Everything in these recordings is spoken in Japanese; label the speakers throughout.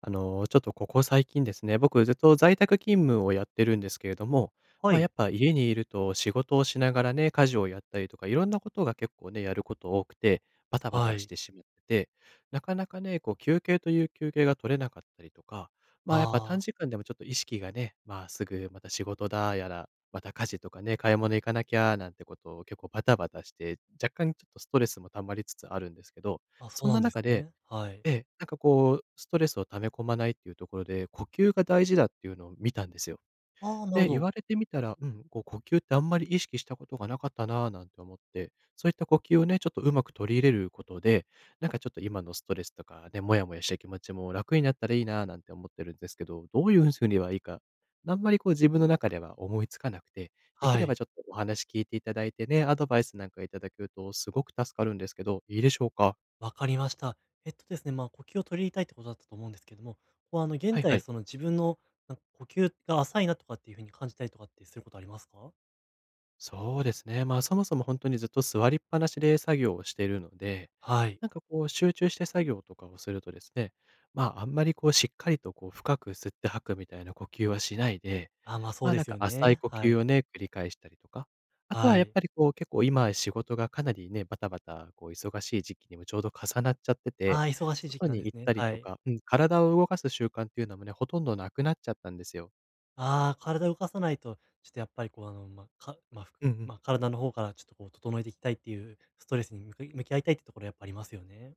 Speaker 1: ちょっとここ最近ですね、僕ずっと在宅勤務をやってるんですけれども、
Speaker 2: は
Speaker 1: ま、あやっ
Speaker 2: い。
Speaker 1: ぱ家にいると仕事をしながらね、家事をやったりとか、いろんなことが結構ね、やること多くて、バタバ
Speaker 2: は
Speaker 1: タし
Speaker 2: い。
Speaker 1: てしまってて、なかなかね、こう休憩という休憩が取れなかったりとか、ま、あやっぱ短
Speaker 2: あ
Speaker 1: 時間でもちょっと意識がね、ま、あすぐまた仕事だやら、また家事とかね、買い物行かなきゃなんてことを結構バタバタして、若干ちょっとストレスも溜まりつつあるんですけど、
Speaker 2: あ、そ
Speaker 1: そ
Speaker 2: う
Speaker 1: ん
Speaker 2: な
Speaker 1: な
Speaker 2: んです
Speaker 1: 中で
Speaker 2: ね。はい。
Speaker 1: なんかこう、ストレスを溜め込まないっていうところで、呼吸が大事だっていうのを見たんですよ。
Speaker 2: ああ、なるほ
Speaker 1: で、言わ
Speaker 2: ど。
Speaker 1: れてみたら、うん、こう呼吸ってあんまり意識したことがなかったなぁなんて思って、そういった呼吸をね、ちょっとうまく取り入れることで、なんかちょっと今のストレスとかね、もやもやした気持ちも楽になったらいいなぁなんて思ってるんですけど、どういう風にはいいか、あんまりこう自分の中では思いつかなくて、でき
Speaker 2: は
Speaker 1: れば
Speaker 2: い。
Speaker 1: ちょっとお話聞いていただいてね、アドバイスなんかいただけるとすごく助かるんですけど、いいでしょうか？
Speaker 2: わかりました。えっとですね、まあ、呼吸を取り入れたいってことだったと思うんですけども、
Speaker 1: は
Speaker 2: 現
Speaker 1: いは
Speaker 2: 在、
Speaker 1: い。
Speaker 2: その自分の、呼吸が浅いなとかっていう風に感じたりとかってすることありますか？
Speaker 1: そうですね。まあ、そもそも本当にずっと座りっぱなしで作業をしているので、
Speaker 2: はい。
Speaker 1: なんかこう集中して作業とかをするとですね、まあ、あんまりこうしっかりとこう深く吸って吐くみたいな呼吸はしないで、
Speaker 2: まあ、そ
Speaker 1: ま
Speaker 2: う
Speaker 1: あ、
Speaker 2: で
Speaker 1: なん
Speaker 2: す
Speaker 1: か
Speaker 2: よ
Speaker 1: 浅い
Speaker 2: ね。
Speaker 1: 呼
Speaker 2: は
Speaker 1: 吸
Speaker 2: い。
Speaker 1: をね、繰り返したりとか、あとは
Speaker 2: は
Speaker 1: やっ
Speaker 2: い。
Speaker 1: ぱりこう結構今仕事がかなりね、バタバタこう忙しい時期にもちょうど重なっちゃってて、
Speaker 2: ああ、忙しい時
Speaker 1: 外
Speaker 2: 期なんで
Speaker 1: に
Speaker 2: す
Speaker 1: 行っ
Speaker 2: ね。
Speaker 1: たり
Speaker 2: は
Speaker 1: と
Speaker 2: い。
Speaker 1: か、うん、体を動かす習慣っていうのもね、ほとんどなくなっちゃったんですよ。
Speaker 2: ああ、体を動かさないと、ちょっとやっぱりこう、あの、まあ、かまあ、ふく
Speaker 1: うんうん。
Speaker 2: まあ、体の方からちょっと整えていきたいっていうストレスに向き合いたいってところやっぱありますよね。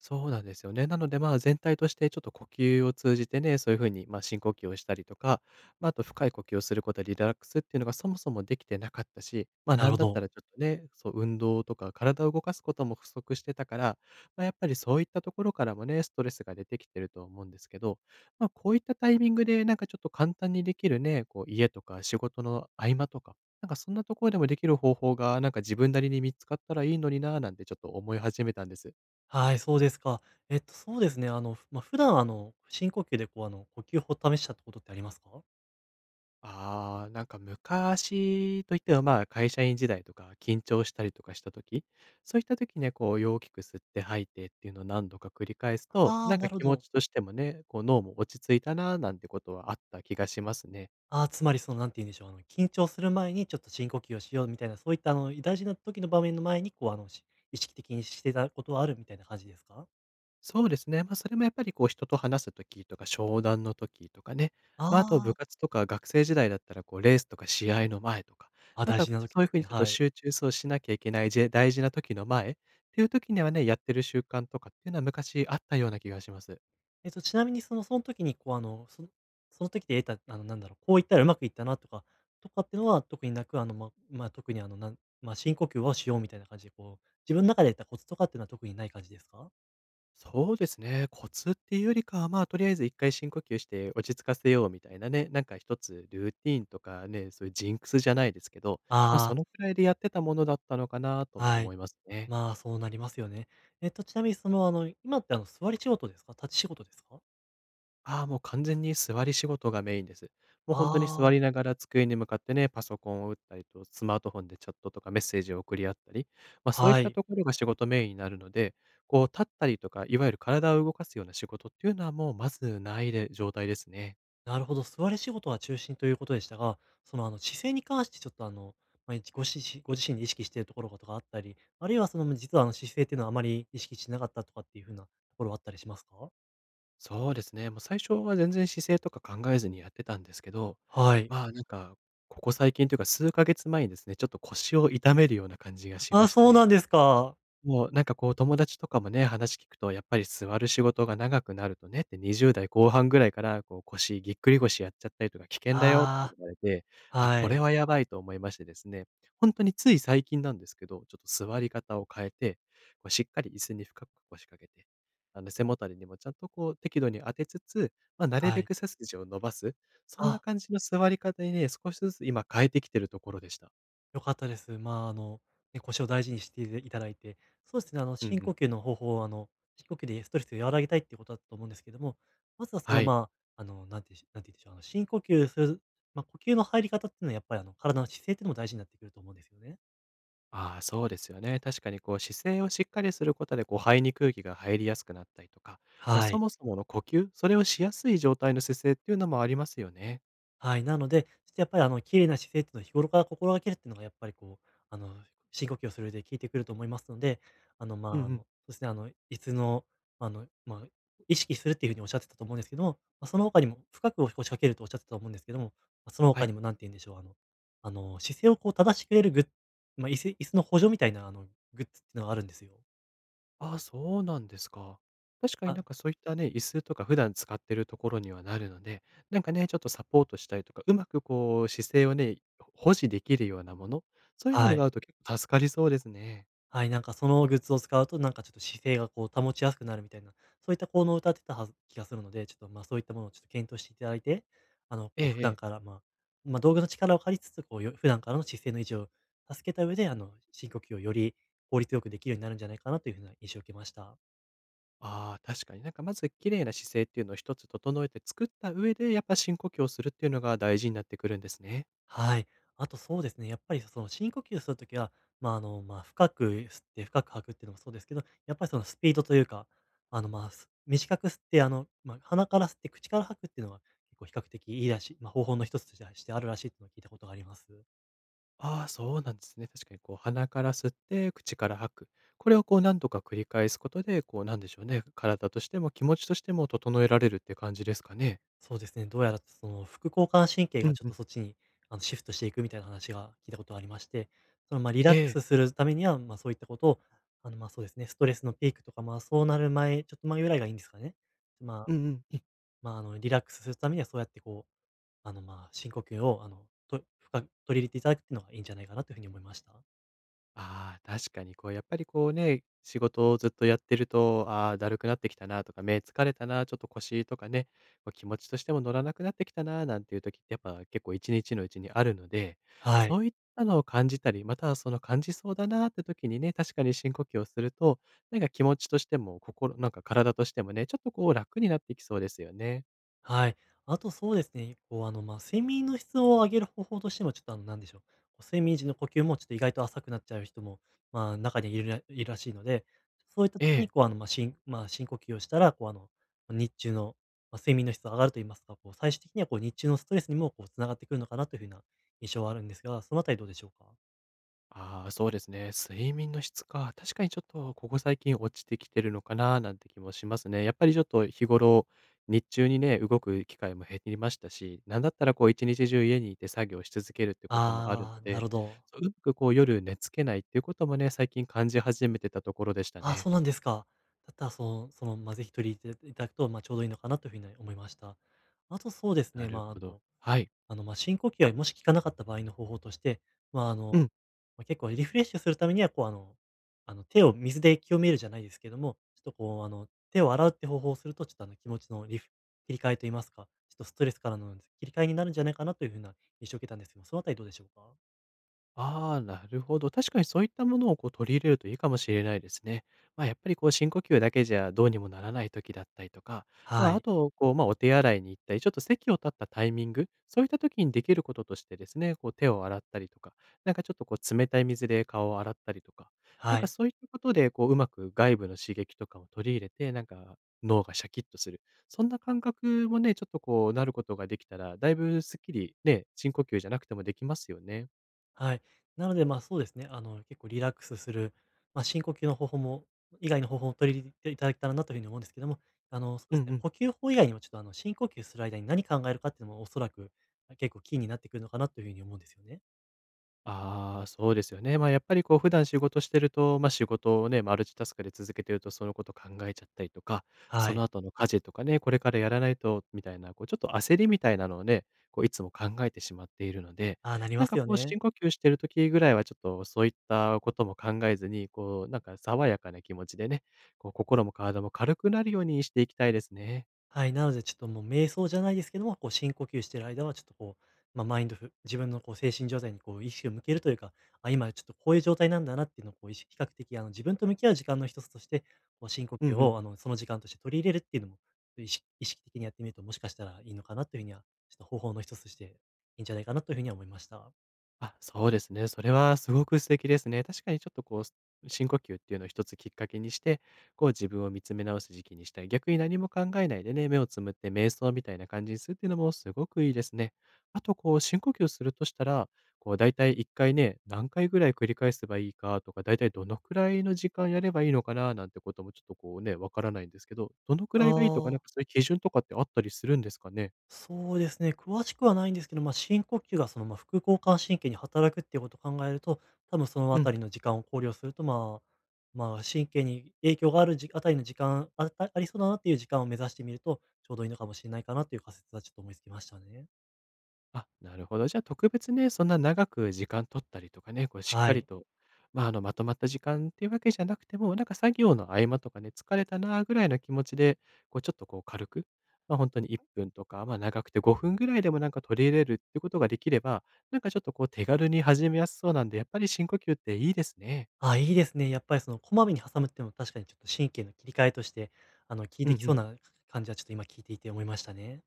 Speaker 1: そうなんですよね。なので、まあ、全体としてちょっと呼吸を通じてね、そういうふうに、まあ、深呼吸をしたりとか、まあ、あと深い呼吸をすることでリラックスっていうのがそもそもできてなかったし、まあ、
Speaker 2: な
Speaker 1: な
Speaker 2: る
Speaker 1: ん
Speaker 2: ほ
Speaker 1: だった
Speaker 2: ど。
Speaker 1: らちょっとね、そう、運動とか体を動かすことも不足してたから、まあ、やっぱりそういったところからもね、ストレスが出てきてるとは思うんですけど、まあ、こういったタイミングで、なんかちょっと簡単にできるね、こう、家とか仕事の合間とか、なんかそんなところでもできる方法が、なんか自分なりに見つかったらいいのになぁなんてちょっと思い始めたんです。
Speaker 2: はい、そうですか。そうですね。あの、ふまあ、普段、深呼吸で、呼吸法を試したってことってありますか？
Speaker 1: ああ、なんか昔といっては、まあ、会社員時代とか緊張したりとかした時、そういった時ね、こう大きく吸って吐いてっていうのを何度か繰り返すと、
Speaker 2: ああ
Speaker 1: なん
Speaker 2: ー、な
Speaker 1: か
Speaker 2: るほ
Speaker 1: 気持
Speaker 2: ど。
Speaker 1: ちとしてもね、こう脳も落ち着いたななんてことはあった気がしますね。
Speaker 2: ああ、つまり、その、なんて言うんでしょう、緊張する前にちょっと深呼吸をしようみたいな、そういった、大事な時の場面の前に、意識的にしてたことはあるみたいな感じですか？
Speaker 1: そうですね。まあ、それもやっぱりこう人と話す時とか、商談の時とかね、
Speaker 2: あ
Speaker 1: まあ、あと部
Speaker 2: あー、
Speaker 1: 活とか学生時代だったらこうレースとか試合の前とか、
Speaker 2: あ、
Speaker 1: なん
Speaker 2: 大
Speaker 1: か
Speaker 2: 事な時
Speaker 1: そう
Speaker 2: で
Speaker 1: いう
Speaker 2: す
Speaker 1: 風に
Speaker 2: ね、
Speaker 1: ちょっと
Speaker 2: はい。
Speaker 1: 集中そうしなきゃいけないじ大事な時の前っていう時にはね、やってる習慣とかっていうのは昔あったような気がします。
Speaker 2: ちなみにその時にその時で得た、なんだろう、こういったらうまくいったなとかってのは特になく、特にあの、なんまあ、深呼吸をしようみたいな感じで、自分の中で得たコツとかっていうのは特にない感じですか？
Speaker 1: そうですね、コツっていうよりかは、ま、あとりあえず一回深呼吸して落ち着かせようみたいなね、なんか一つルーティーンとかね、そういうジンクスじゃないですけど、まあ、
Speaker 2: あ
Speaker 1: そ
Speaker 2: あ、
Speaker 1: のくらいでやってたものだったのかなとも
Speaker 2: は
Speaker 1: 思
Speaker 2: い。
Speaker 1: いますね。
Speaker 2: まあ、そうなりますよね。ちなみにその、今って座り仕事ですか？立ち仕事ですか？
Speaker 1: ああ、もう完全に座り仕事がメインです。もう本当に座
Speaker 2: あ
Speaker 1: りながら机に向かってね、パソコンを打ったりと、スマートフォンでチャットとかメッセージを送り合ったり、ま、
Speaker 2: あ、
Speaker 1: そういっ
Speaker 2: は
Speaker 1: た
Speaker 2: い。
Speaker 1: ところが仕事メインになるので、こう立ったりとか、いわゆる体を動かすような仕事っていうのはもうまずないで状態ですね。
Speaker 2: なるほど、座り仕事は中心ということでしたが、その、姿勢に関してちょっと、ご自身で意識しているところがとかあったり、あるいはその、実は、姿勢っていうのはあまり意識してなかったとかっていう風なところはあったりしますか？
Speaker 1: そうですね、もう最初は全然姿勢とか考えずにやってたんですけど、
Speaker 2: はい。
Speaker 1: まあ、なんか、ここ最近というか数ヶ月前にですね、ちょっと腰を痛めるような感じがし
Speaker 2: あ
Speaker 1: ま
Speaker 2: あ、
Speaker 1: し
Speaker 2: そう
Speaker 1: て
Speaker 2: なんですか。
Speaker 1: もうなんかこう友達とかもね、話聞くとやっぱり座る仕事が長くなるとねって、20代後半ぐらいからこう腰ぎっくり腰やっちゃったりとか危険だよって
Speaker 2: あ
Speaker 1: 言われて、
Speaker 2: あ、
Speaker 1: あ、
Speaker 2: は
Speaker 1: これ
Speaker 2: い、
Speaker 1: はやばいと思いましてですね、本当につい最近なんですけど、ちょっと座り方を変えて、こうしっかり椅子に深く腰掛けて、あの背もたれにもちゃんとこう適度に当てつつ、まあ、なる
Speaker 2: は
Speaker 1: べ
Speaker 2: い。
Speaker 1: く背筋を伸ばす、そんな
Speaker 2: あ
Speaker 1: 感じの座り方にね、少しずつ今変えてきてるところでした。
Speaker 2: 良かったです。まあ、ね、腰を大事にしていただいて、そうですね、
Speaker 1: うんう
Speaker 2: 深呼
Speaker 1: ん。
Speaker 2: 吸の方法を、深呼吸でストレスを和らげたいっていうことだと思うんですけども、まずはそ
Speaker 1: は
Speaker 2: の、
Speaker 1: い。
Speaker 2: なんて言うんでしょう、深呼吸する、まあ、呼吸の入り方っていうのは、やっぱり、体の姿勢っていうのも大事になってくると思うんですよね。
Speaker 1: ああ、そうですよね。確かにこう姿勢をしっかりすることで、こう肺に空気が入りやすくなったりとか、まあ、
Speaker 2: は
Speaker 1: そ
Speaker 2: い。
Speaker 1: もそもの呼吸、それをしやすい状態の姿勢っていうのもありますよね。
Speaker 2: はい、なので、ちょっとやっぱり綺麗な姿勢っていうのは日頃から心がけるっていうのがやっぱり深呼吸をする上で効いてくると思いますので、
Speaker 1: うんうん。
Speaker 2: そうですね、椅子の、まあ、意識するっていうふうにおっしゃってたと思うんですけども、ま、その他にも深く腰掛けるとおっしゃってたと思うんですけども、ま、その
Speaker 1: は
Speaker 2: 他
Speaker 1: い。
Speaker 2: にもなんて言うんでしょう、姿勢を正してくれるグッまあ、椅子椅子の補助みたいなグッズっていうのがあるんですよ。
Speaker 1: ああ、そうなんですか。確かに
Speaker 2: あ
Speaker 1: なんかそういったね、椅子とか普段使ってるところにはなるので、なんかね、ちょっとサポートしたりとか、うまくこう姿勢をね、保持できるようなもの、そういうの
Speaker 2: は
Speaker 1: が
Speaker 2: い。
Speaker 1: あると結構助かりそうですね。
Speaker 2: はい、なんかそのグッズを使うと、なんかちょっと姿勢が保ちやすくなるみたいな、そういった効能を歌ってたはず気がするので、ちょっと、ま、そういったものをちょっと検討していただいて、
Speaker 1: ええ
Speaker 2: 普
Speaker 1: え
Speaker 2: 段
Speaker 1: え。
Speaker 2: から、まあ、道具の力を借りつつ、普段からの姿勢の維持を助けた上で、深呼吸をより効率よくできるようになるんじゃないかなというふうな印象を受けました。
Speaker 1: ああ、確かになんかまず綺麗な姿勢っていうのを一つ整えて作った上で、やっぱ深呼吸をするっていうのが大事になってくるんですね。
Speaker 2: はい。あとそうですね、やっぱりその深呼吸するときは、まあ深く吸って深く吐くっていうのもそうですけど、やっぱりそのスピードというか、あのまあす短く吸って、まあ鼻から吸って口から吐くっていうのが結構比較的いいらしい、まあ方法の一つとしてあるらしいっていうのを聞いたことがあります。
Speaker 1: ああ、そうなんですね。確かにこう鼻から吸って口から吐く。これをこう何度か繰り返すことで、こうなんでしょうね。体としても気持ちとしても整えられるって感じですかね。
Speaker 2: そうですね、どうやらその副交感神経
Speaker 1: う
Speaker 2: が
Speaker 1: ん
Speaker 2: ちょっ
Speaker 1: うん。
Speaker 2: とそっちにシフトしていくみたいな話が聞いたことがありまして、そのまあリ
Speaker 1: え
Speaker 2: ラック
Speaker 1: え。
Speaker 2: スするためには、まあそういったことを、そうですね、ストレスのピークとか、まあそうなる前、ちょっと前ぐらいがいいんですかね。ま
Speaker 1: う
Speaker 2: あ、
Speaker 1: んうん。
Speaker 2: リラックスするためにはそうやってこう、深呼吸をあのと深く取り入れていただくっていうのがいいんじゃないかなというふうに思いました。
Speaker 1: ああ、確かにこうやっぱりこうね、仕事をずっとやってると、ああ、だるくなってきたなとか、目疲れたな、ちょっと腰とかね、こう気持ちとしても乗らなくなってきたな、なんていう時ってやっぱ結構一日のうちにあるので、
Speaker 2: は
Speaker 1: そ
Speaker 2: い。
Speaker 1: ういったのを感じたり、またはその感じそうだなって時にね、確かに深呼吸をすると、なんか気持ちとしても、心、なんか体としてもね、ちょっとこう楽になってきそうですよね。
Speaker 2: はい。あとそうですね、まあ、睡眠の質を上げる方法としても、ちょっとなんでしょう。こう睡眠時の呼吸もちょっと意外と浅くなっちゃう人も、まあ、中にいるらしいので、そういった
Speaker 1: え
Speaker 2: 時に、
Speaker 1: え。
Speaker 2: こう、あの、まあ、深まあ、深呼吸をしたら、日中の、まあ、睡眠の質が上がると言いますか、最終的には、日中のストレスにも、つながってくるのかなというふうな印象はあるんですが、そのあたりどうでしょうか？
Speaker 1: ああ、そうですね。睡眠の質か。確かにちょっとここ最近落ちてきてるのかななんて気もしますね。やっぱりちょっと日頃、日中にね、動く機会も減りましたし、なんだったらこう一日中家にいて作業し続けるってこともあるの
Speaker 2: あー、な
Speaker 1: で、
Speaker 2: るほど。
Speaker 1: そううまくこう夜寝つけないっていうこともね、最近感じ始めてたところでしたね。
Speaker 2: そうなんですか。だったら、その、その、まあ、ぜひ取り入れていただくと、まあ、ちょうどいいのかなというふうに思いました。あとそうです
Speaker 1: な
Speaker 2: ね、ま
Speaker 1: る
Speaker 2: あ、あ
Speaker 1: ほど。
Speaker 2: と、
Speaker 1: はい。
Speaker 2: 深呼吸はもし効かなかった場合の方法として、まあ、あの、
Speaker 1: うん。
Speaker 2: まあ、結構リフレッシュするためには、手を水で清めるじゃないですけども、ちょっと、手を洗うって方法をすると、ちょっと、気持ちの切り替えと言いますか、ちょっとストレスからの切り替えになるんじゃないかなという風な印象を受けたんですけども、そのあたりどうでしょうか？
Speaker 1: ああ、なるほど。確かにそういったものをこう取り入れるといいかもしれないですね。やっぱりこう深呼吸だけじゃどうにもならない時だったりとか、ま
Speaker 2: は
Speaker 1: あ、あ
Speaker 2: い、
Speaker 1: と、こう、まあ、お手洗いに行ったり、ちょっと席を立ったタイミング、そういった時にできることとしてですね、こう手を洗ったりとか、ちょっとこう冷たい水で顔を洗ったりとか、なん
Speaker 2: は
Speaker 1: か
Speaker 2: い。
Speaker 1: そういったことで、こう、うまく外部の刺激とかを取り入れて、なんか脳がシャキッとする。そんな感覚もね、ちょっとこうなることができたら、だいぶすっきりね、深呼吸じゃなくてもできますよね。
Speaker 2: はい。なので、まあ、そうですね。結構リラックスする、まあ、深呼吸の方法も、以外の方法を取り入れていただけたらなというふうに思うんですけども、そう
Speaker 1: う
Speaker 2: で
Speaker 1: ん
Speaker 2: すね。
Speaker 1: うん。
Speaker 2: 呼吸法以外にも、ちょっと深呼吸する間に何考えるかっていうのも、おそらく結構キーになってくるのかなというふうに思うんですよね。
Speaker 1: ああ、そうですよね。やっぱりこう普段仕事してると、仕事をね、マルチタスクで続けてるとそのこと考えちゃったりとか、そ
Speaker 2: は
Speaker 1: の
Speaker 2: い。
Speaker 1: 後の家事とかね、これからやらないとみたいな、こうちょっと焦りみたいなのをね、こういつも考えてしまっているので、
Speaker 2: ああ、なり
Speaker 1: な
Speaker 2: ま
Speaker 1: ん
Speaker 2: す
Speaker 1: か
Speaker 2: よ
Speaker 1: こう
Speaker 2: ね。
Speaker 1: 深呼吸してる時ぐらいはちょっとそういったことも考えずに、こうなんか爽やかな気持ちでね、こう心も体も軽くなるようにしていきたいですね。
Speaker 2: はい、なのでちょっともう瞑想じゃないですけども、こう深呼吸してる間はちょっとこう、まあ、マインドフ自分のこう精神状態にこう意識を向けるというか、あ、今ちょっとこういう状態なんだなっていうのをこう、比較的自分と向き合う時間の一つとして、こう深呼
Speaker 1: うんう
Speaker 2: 吸
Speaker 1: ん。
Speaker 2: をその時間として取り入れるっていうのも意識、意識的にやってみるともしかしたらいいのかなというふうには、ちょっと方法の一つとしていいんじゃないかなというふうには思いました。
Speaker 1: あ、そうですね。それはすごく素敵ですね。確かにちょっとこう、深呼吸っていうのを一つきっかけにして、こう自分を見つめ直す時期にしたい。逆に何も考えないでね、目をつむって瞑想みたいな感じにするっていうのもすごくいいですね。あとこう、深呼吸するとしたら、こう大体1回ね、何回ぐらい繰り返せばいいかとか、大体どのくらいの時間やればいいのかななんてこともちょっとこうね、わからないんですけど、どのく
Speaker 2: あ
Speaker 1: らいがいいとか、なんか
Speaker 2: あ。
Speaker 1: そういう基準とかってあったりするんですかね？
Speaker 2: そうですね、詳しくはないんですけど、まあ、深呼吸がその、まあ、副交感神経に働くっていうことを考えると、多分そのあたりの時間を考慮すると、まあ、神経に影響があるあたりの時間、ありそうだなっていう時間を目指してみると、ちょうどいいのかもしれないかなという仮説はちょっと思いつきましたね。
Speaker 1: あ、なるほど。じゃあ特別ね、そんな長く時間取ったりとかね、こうしっか
Speaker 2: は
Speaker 1: り
Speaker 2: い。
Speaker 1: と、まとまった時間っていうわけじゃなくても、なんか作業の合間とかね、疲れたなぐらいの気持ちで、こうちょっとこう軽く、まあ、本当に1分とか、まあ、長くて5分ぐらいでもなんか取り入れるってことができれば、なんかちょっとこう手軽に始めやすそうなんで、やっぱり深呼吸っていいですね。
Speaker 2: あ、いいですね。やっぱりそのこまめに挟むっていうのも確かにちょっと神経の切り替えとして、効い
Speaker 1: うん
Speaker 2: て
Speaker 1: う
Speaker 2: きそう
Speaker 1: ん。
Speaker 2: な感じはちょっと今聞いていて思いましたね。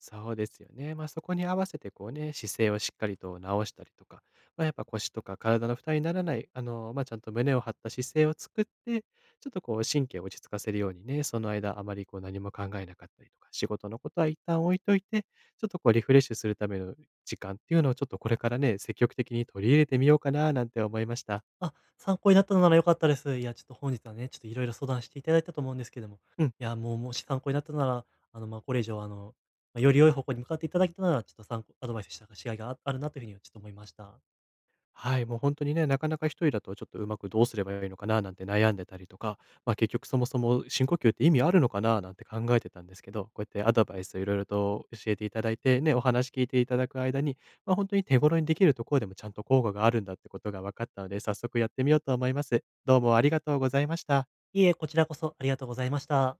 Speaker 1: そうですよね。ま、そこに合わせてこうね、姿勢をしっかりと直したりとか、ま、やっぱ腰とか体の負担にならない、ちゃんと胸を張った姿勢を作って、ちょっとこう神経を落ち着かせるようにね、その間あまりこう何も考えなかったりとか、仕事のことは一旦置いといて、ちょっとこうリフレッシュするための時間っていうのをちょっとこれからね、積極的に取り入れてみようかななんて思いました。
Speaker 2: あ、参考になったのなら良かったです。いや、ちょっと本日はね、ちょっと色々相談していただいたと思うんですけども、
Speaker 1: うん。
Speaker 2: いや、もう、もし参考になったなら、これ以上、より良い方向に向かっていただけたなら、ちょっと参考アドバイスしたかしがいがあるなという風にはちょっと思いました。
Speaker 1: はい、もう本当にね、なかなか一人だとちょっとうまくどうすればいいのかななんて悩んでたりとか、まあ、結局そもそも深呼吸って意味あるのかななんて考えてたんですけど、こうやってアドバイスをいろいろと教えていただいて、ね、お話聞いていただく間に、本当に手頃にできるところでもちゃんと効果があるんだってことが分かったので、早速やってみようと思います。どうもありがとうございました。
Speaker 2: いいえ、こちらこそありがとうございました。